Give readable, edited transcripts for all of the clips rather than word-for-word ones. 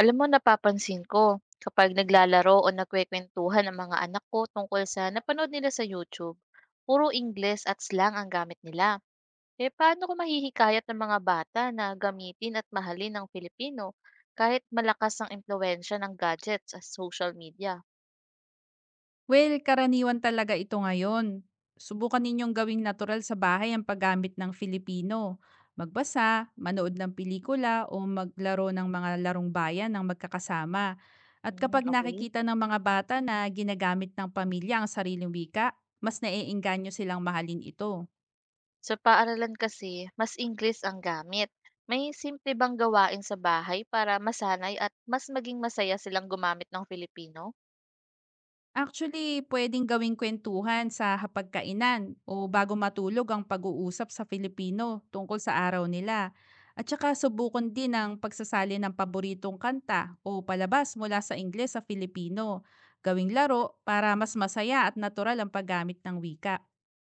Alam mo, napapansin ko kapag naglalaro o nagkwekwentuhan ang mga anak ko tungkol sa napanood nila sa YouTube, puro Ingles at slang ang gamit nila. Eh, paano ko mahihikayat ng mga bata na gamitin at mahalin ng Filipino kahit malakas ang impluensya ng gadgets sa social media? Well, karaniwan talaga ito ngayon. Subukan ninyong gawing natural sa bahay ang paggamit ng Filipino. Magbasa, manood ng pelikula o maglaro ng mga larong bayan ng magkakasama. At Mm, kapag okay. nakikita ng mga bata na ginagamit ng pamilya ang sariling wika, mas naiengganyo silang mahalin ito. Sa paaralan kasi, mas Ingles ang gamit. May simple bang gawain sa bahay para masanay at mas maging masaya silang gumamit ng Filipino? Actually, puwedeng gawing kwentuhan sa hapagkainan o bago matulog ang pag-uusap sa Filipino tungkol sa araw nila. At saka subukan din ang pagsasali ng paboritong kanta o palabas mula sa Ingles sa Filipino. Gawing laro para mas masaya at natural ang paggamit ng wika.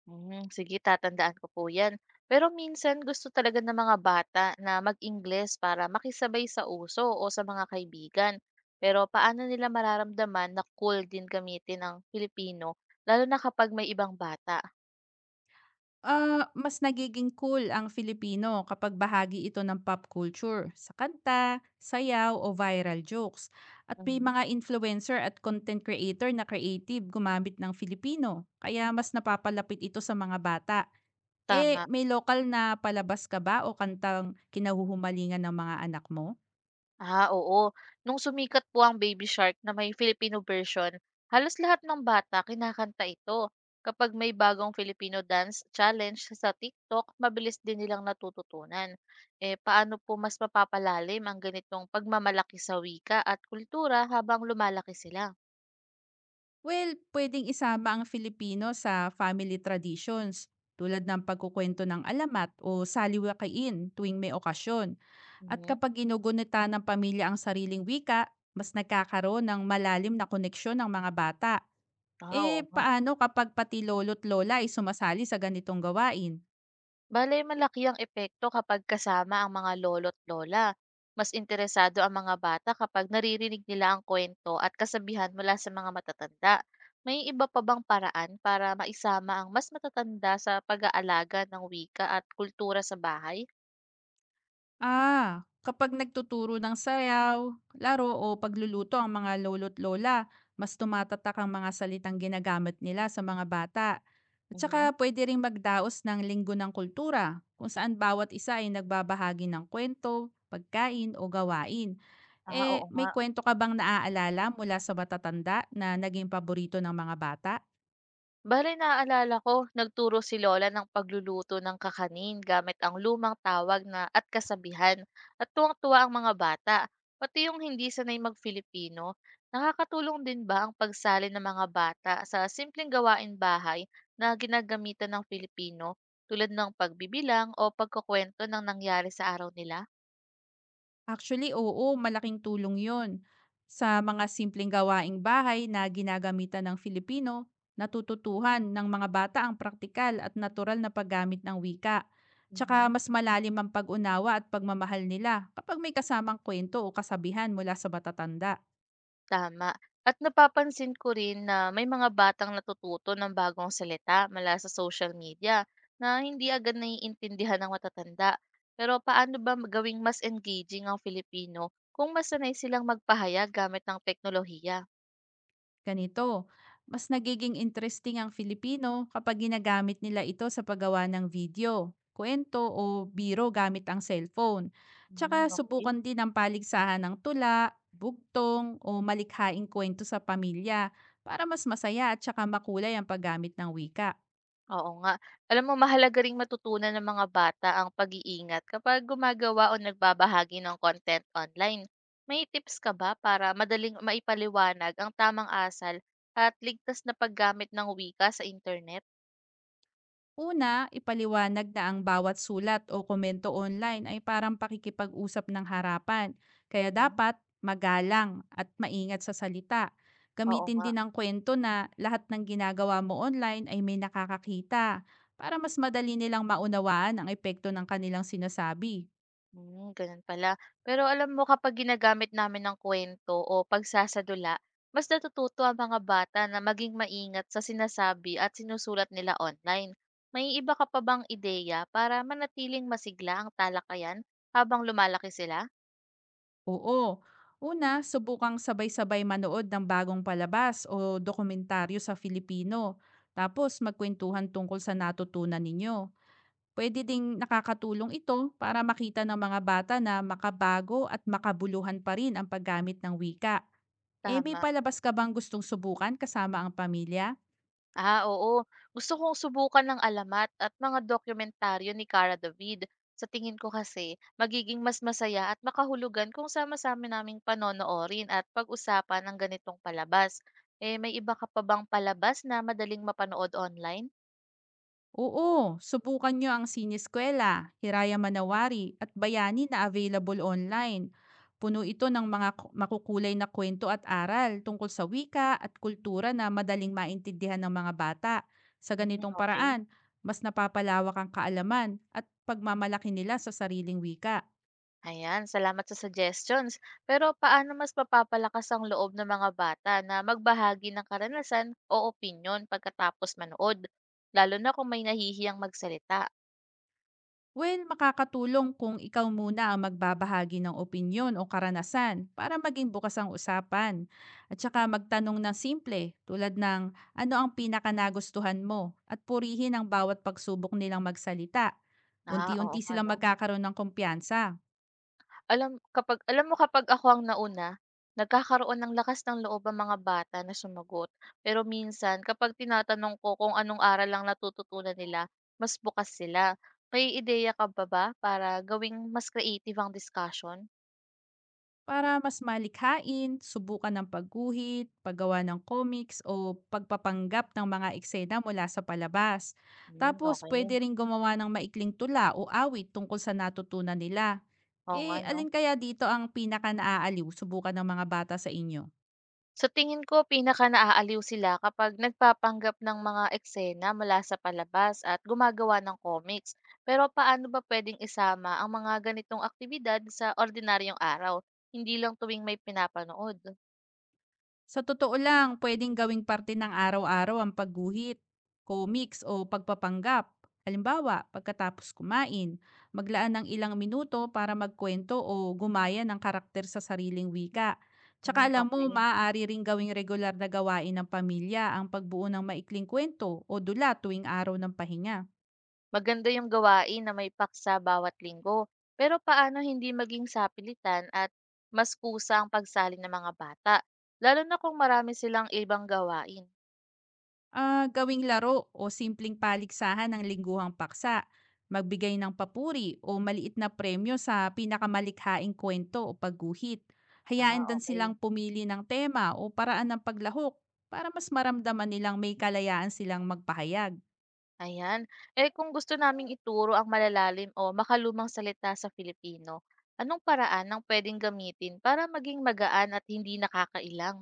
Hmm, sige, tatandaan ko po 'yan. Pero minsan gusto talaga ng mga bata na mag-Ingles para makisabay sa uso o sa mga kaibigan. Pero paano nila mararamdaman na cool din gamitin ang Filipino lalo na kapag may ibang bata? Ah, mas nagiging cool ang Filipino kapag bahagi ito ng pop culture, sa kanta, sayaw o viral jokes. At may Mhm, mga influencer at content creator na creative gumamit ng Filipino, kaya mas napapalapit ito sa mga bata. Eh, tama. may lokal na palabas ka ba o kantang kinahuhumalingan ng mga anak mo? Ah, oo. Nung sumikat po ang Baby Shark na may Filipino version, halos lahat ng bata kinakanta ito. Kapag may bagong Filipino dance challenge sa TikTok, mabilis din nilang natututunan. Eh, paano po mas mapapalalim ang ganitong pagmamalaki sa wika at kultura habang lumalaki sila? Well, pwedeng isama ang Filipino sa family traditions tulad ng pagkukwento ng alamat o saliwakain tuwing may okasyon. At Mhm. kapag ginugunita ng pamilya ang sariling wika, mas nagkakaroon ng malalim na koneksyon ng mga bata. Ah, Eh, oo. paano kapag pati lolo't lola ay sumasali sa ganitong gawain? Bale, malaki ang epekto kapag kasama ang mga lolo't lola. Mas interesado ang mga bata kapag naririnig nila ang kwento at kasabihan mula sa mga matatanda. May iba pa bang paraan para maisama ang mas matatanda sa pag-aalaga ng wika at kultura sa bahay? Ah, kapag nagtuturo ng sayaw, laro o pagluluto ang mga lolo't lola, mas tumatatak ang mga salitang ginagamit nila sa mga bata. At saka Mhm. pwede rin magdaos ng linggo ng kultura, kung saan bawat isa ay nagbabahagi ng kwento, pagkain o gawain. Ah, Eh, oo may nga. kwento ka bang naaalala mula sa matatanda na naging paborito ng mga bata? Bale, naalala ko, nagturo si Lola ng pagluluto ng kakanin gamit ang lumang tawag na at kasabihan, at tuwang-tuwa ang mga bata, pati yung hindi sanay mag-Filipino. Nakakatulong din ba ang pagsali ng mga bata sa simpleng gawain bahay na ginagamitan ng Filipino tulad ng pagbibilang o pagkukwento ng nangyari sa araw nila? Actually, oo, malaking tulong yon. Sa mga simpleng gawaing bahay na ginagamitan ng Filipino, natututuhan ng mga bata ang praktikal at natural na paggamit ng wika. Tsaka Mhm. mas malalim ang pag-unawa at pagmamahal nila kapag may kasamang kwento o kasabihan mula sa matatanda. Tama. At napapansin ko rin na may mga batang natututo ng bagong salita mula sa social media na hindi agad naiintindihan ng matatanda. Pero paano ba gawing mas engaging ang Filipino kung masanay silang magpahayag gamit ng teknolohiya? Ganito, mas nagiging interesting ang Filipino kapag ginagamit nila ito sa paggawa ng video, kwento o biro gamit ang cellphone. Mm, Tsaka okay. subukan din ang paligsahan ng tula, bugtong o malikhaing kwento sa pamilya para mas masaya at tsaka makulay ang paggamit ng wika. Oo nga. Alam mo, mahalaga ring matutunan ng mga bata ang pag-iingat kapag gumagawa o nagbabahagi ng content online. May tips ka ba para madaling maipaliwanag ang tamang asal at ligtas na paggamit ng wika sa internet? Una, ipaliwanag na ang bawat sulat o komento online ay parang pakikipag-usap ng harapan. Kaya Mhm. dapat magalang at maingat sa salita. Oo Gamitin nga. din ang kwento na lahat ng ginagawa mo online ay may nakakakita para mas madali nilang maunawaan ang epekto ng kanilang sinasabi. Ganun pala. Pero alam mo, kapag ginagamit namin ng kwento o pagsasadula, mas natututo ang mga bata na maging maingat sa sinasabi at sinusulat nila online. May iba ka pa bang ideya para manatiling masigla ang talakayan habang lumalaki sila? Oo. Una, subukang sabay-sabay manood ng bagong palabas o dokumentaryo sa Filipino. Tapos magkwentuhan tungkol sa natutunan ninyo. Puwede ding nakakatulong ito para makita ng mga bata na makabago at makabuluhan pa rin ang paggamit ng wika. Eh, may Tama. palabas ka bang gustong subukan kasama ang pamilya? Ah, oo. Gusto kong subukan ng alamat at mga dokumentaryo ni Cara David. Sa tingin ko kasi, magiging mas masaya at makahulugan kung sama-sama naming panonoorin at pag-usapan ng ganitong palabas. Eh, may iba ka pa bang palabas na madaling mapanood online? Oo, subukan nyo ang Sineskwela, Hiraya Manawari at Bayani na available online. Puno ito ng mga makukulay na kwento at aral tungkol sa wika at kultura na madaling maintindihan ng mga bata. Sa Mm, ganitong okay. paraan, mas napapalawak ang kaalaman at pagmamalaki nila sa sariling wika. Ayan, salamat sa suggestions. Pero paano mas mapapalakas ang loob ng mga bata na magbahagi ng karanasan o opinyon pagkatapos manood? Lalo na kung may nahihiyang magsalita. Well, makakatulong kung ikaw muna ang magbabahagi ng opinyon o karanasan para maging bukas ang usapan. At saka magtanong ng simple tulad ng ano ang pinakanagustuhan mo at purihin ang bawat pagsubok nilang magsalita. Ah, oo Unti-unti nga, silang no? magkakaroon ng kumpiyansa Alam, kapag alam mo, kapag ako ang nauna, nagkakaroon ng lakas ng loob ang mga bata na sumagot. Pero minsan kapag tinatanong ko kung anong aral ang natututunan nila, mas bukas sila. May ideya ka ba ba para gawing mas creative ang discussion? para mas malikhain, subukan ng pagguhit, paggawa ng comics o pagpapanggap ng mga eksena mula sa palabas. Hmm, Tapos pwede okey. rin gumawa ng maikling tula o awit tungkol sa natutunan nila. Oo nga Eh, 'no. alin kaya dito ang pinaka-naaaliw subukan ng mga bata sa inyo? Sa tingin ko pinakanaaaliw sila kapag nagpapanggap ng mga eksena mula sa palabas at gumagawa ng comics. Pero paano ba pwedeng isama ang mga ganitong aktibidad sa ordinaryong araw, hindi lang tuwing may pinapanood? Sa totoo lang, puwedeng gawing parte ng araw-araw ang pagguhit, comics o pagpapanggap. Halimbawa, pagkatapos kumain, maglaan ng ilang minuto para magkwento o gumaya ng karakter sa sariling wika. Tsaka Hmm, alam mo, okay. maaari ring gawing regular na gawain ng pamilya ang pagbuo ng maikling kwento o dula tuwing araw ng pahinga. Maganda yung gawain na may paksa bawat linggo. Pero paano hindi maging sapilitan at mas kusa ang pagsali ng mga bata? Lalo na kung marami silang ibang gawain. Ah, gawing laro o simpleng paligsahan ng lingguhang paksa, magbigay ng papuri o maliit na premyo sa pinakamalikhaing kwento o pagguhit. Hayaan Ah, din silang okay. pumili ng tema o paraan ng paglahok para mas maramdaman nilang may kalayaan silang magpahayag. Ayan. Eh, kung gusto naming ituro ang malalalim o makalumang salita sa Filipino, anong paraan ang pwedeng gamitin para maging magaan at hindi nakakailang?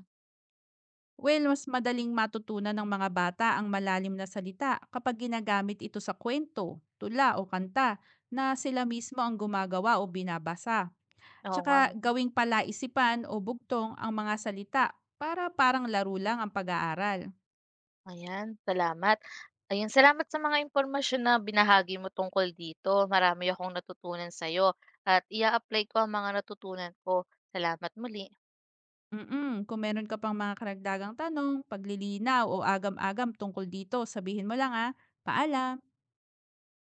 Well, mas madaling matutunan ng mga bata ang malalim na salita kapag ginagamit ito sa kwento, tula o kanta na sila mismo ang gumagawa o binabasa. Oo nga, Tsaka no. gawing palaisipan o bugtong ang mga salita para parang laro lang ang pag-aaral. Ayan, salamat. Ayan, salamat sa mga impormasyon na binahagi mo tungkol dito. Marami akong natutunan sa'yo at ia-apply ko ang mga natutunan ko. Salamat muli. Mm, kung meron ka pang mga karagdagang tanong, paglilinaw o agam-agam tungkol dito, sabihin mo lang ah. Paalam!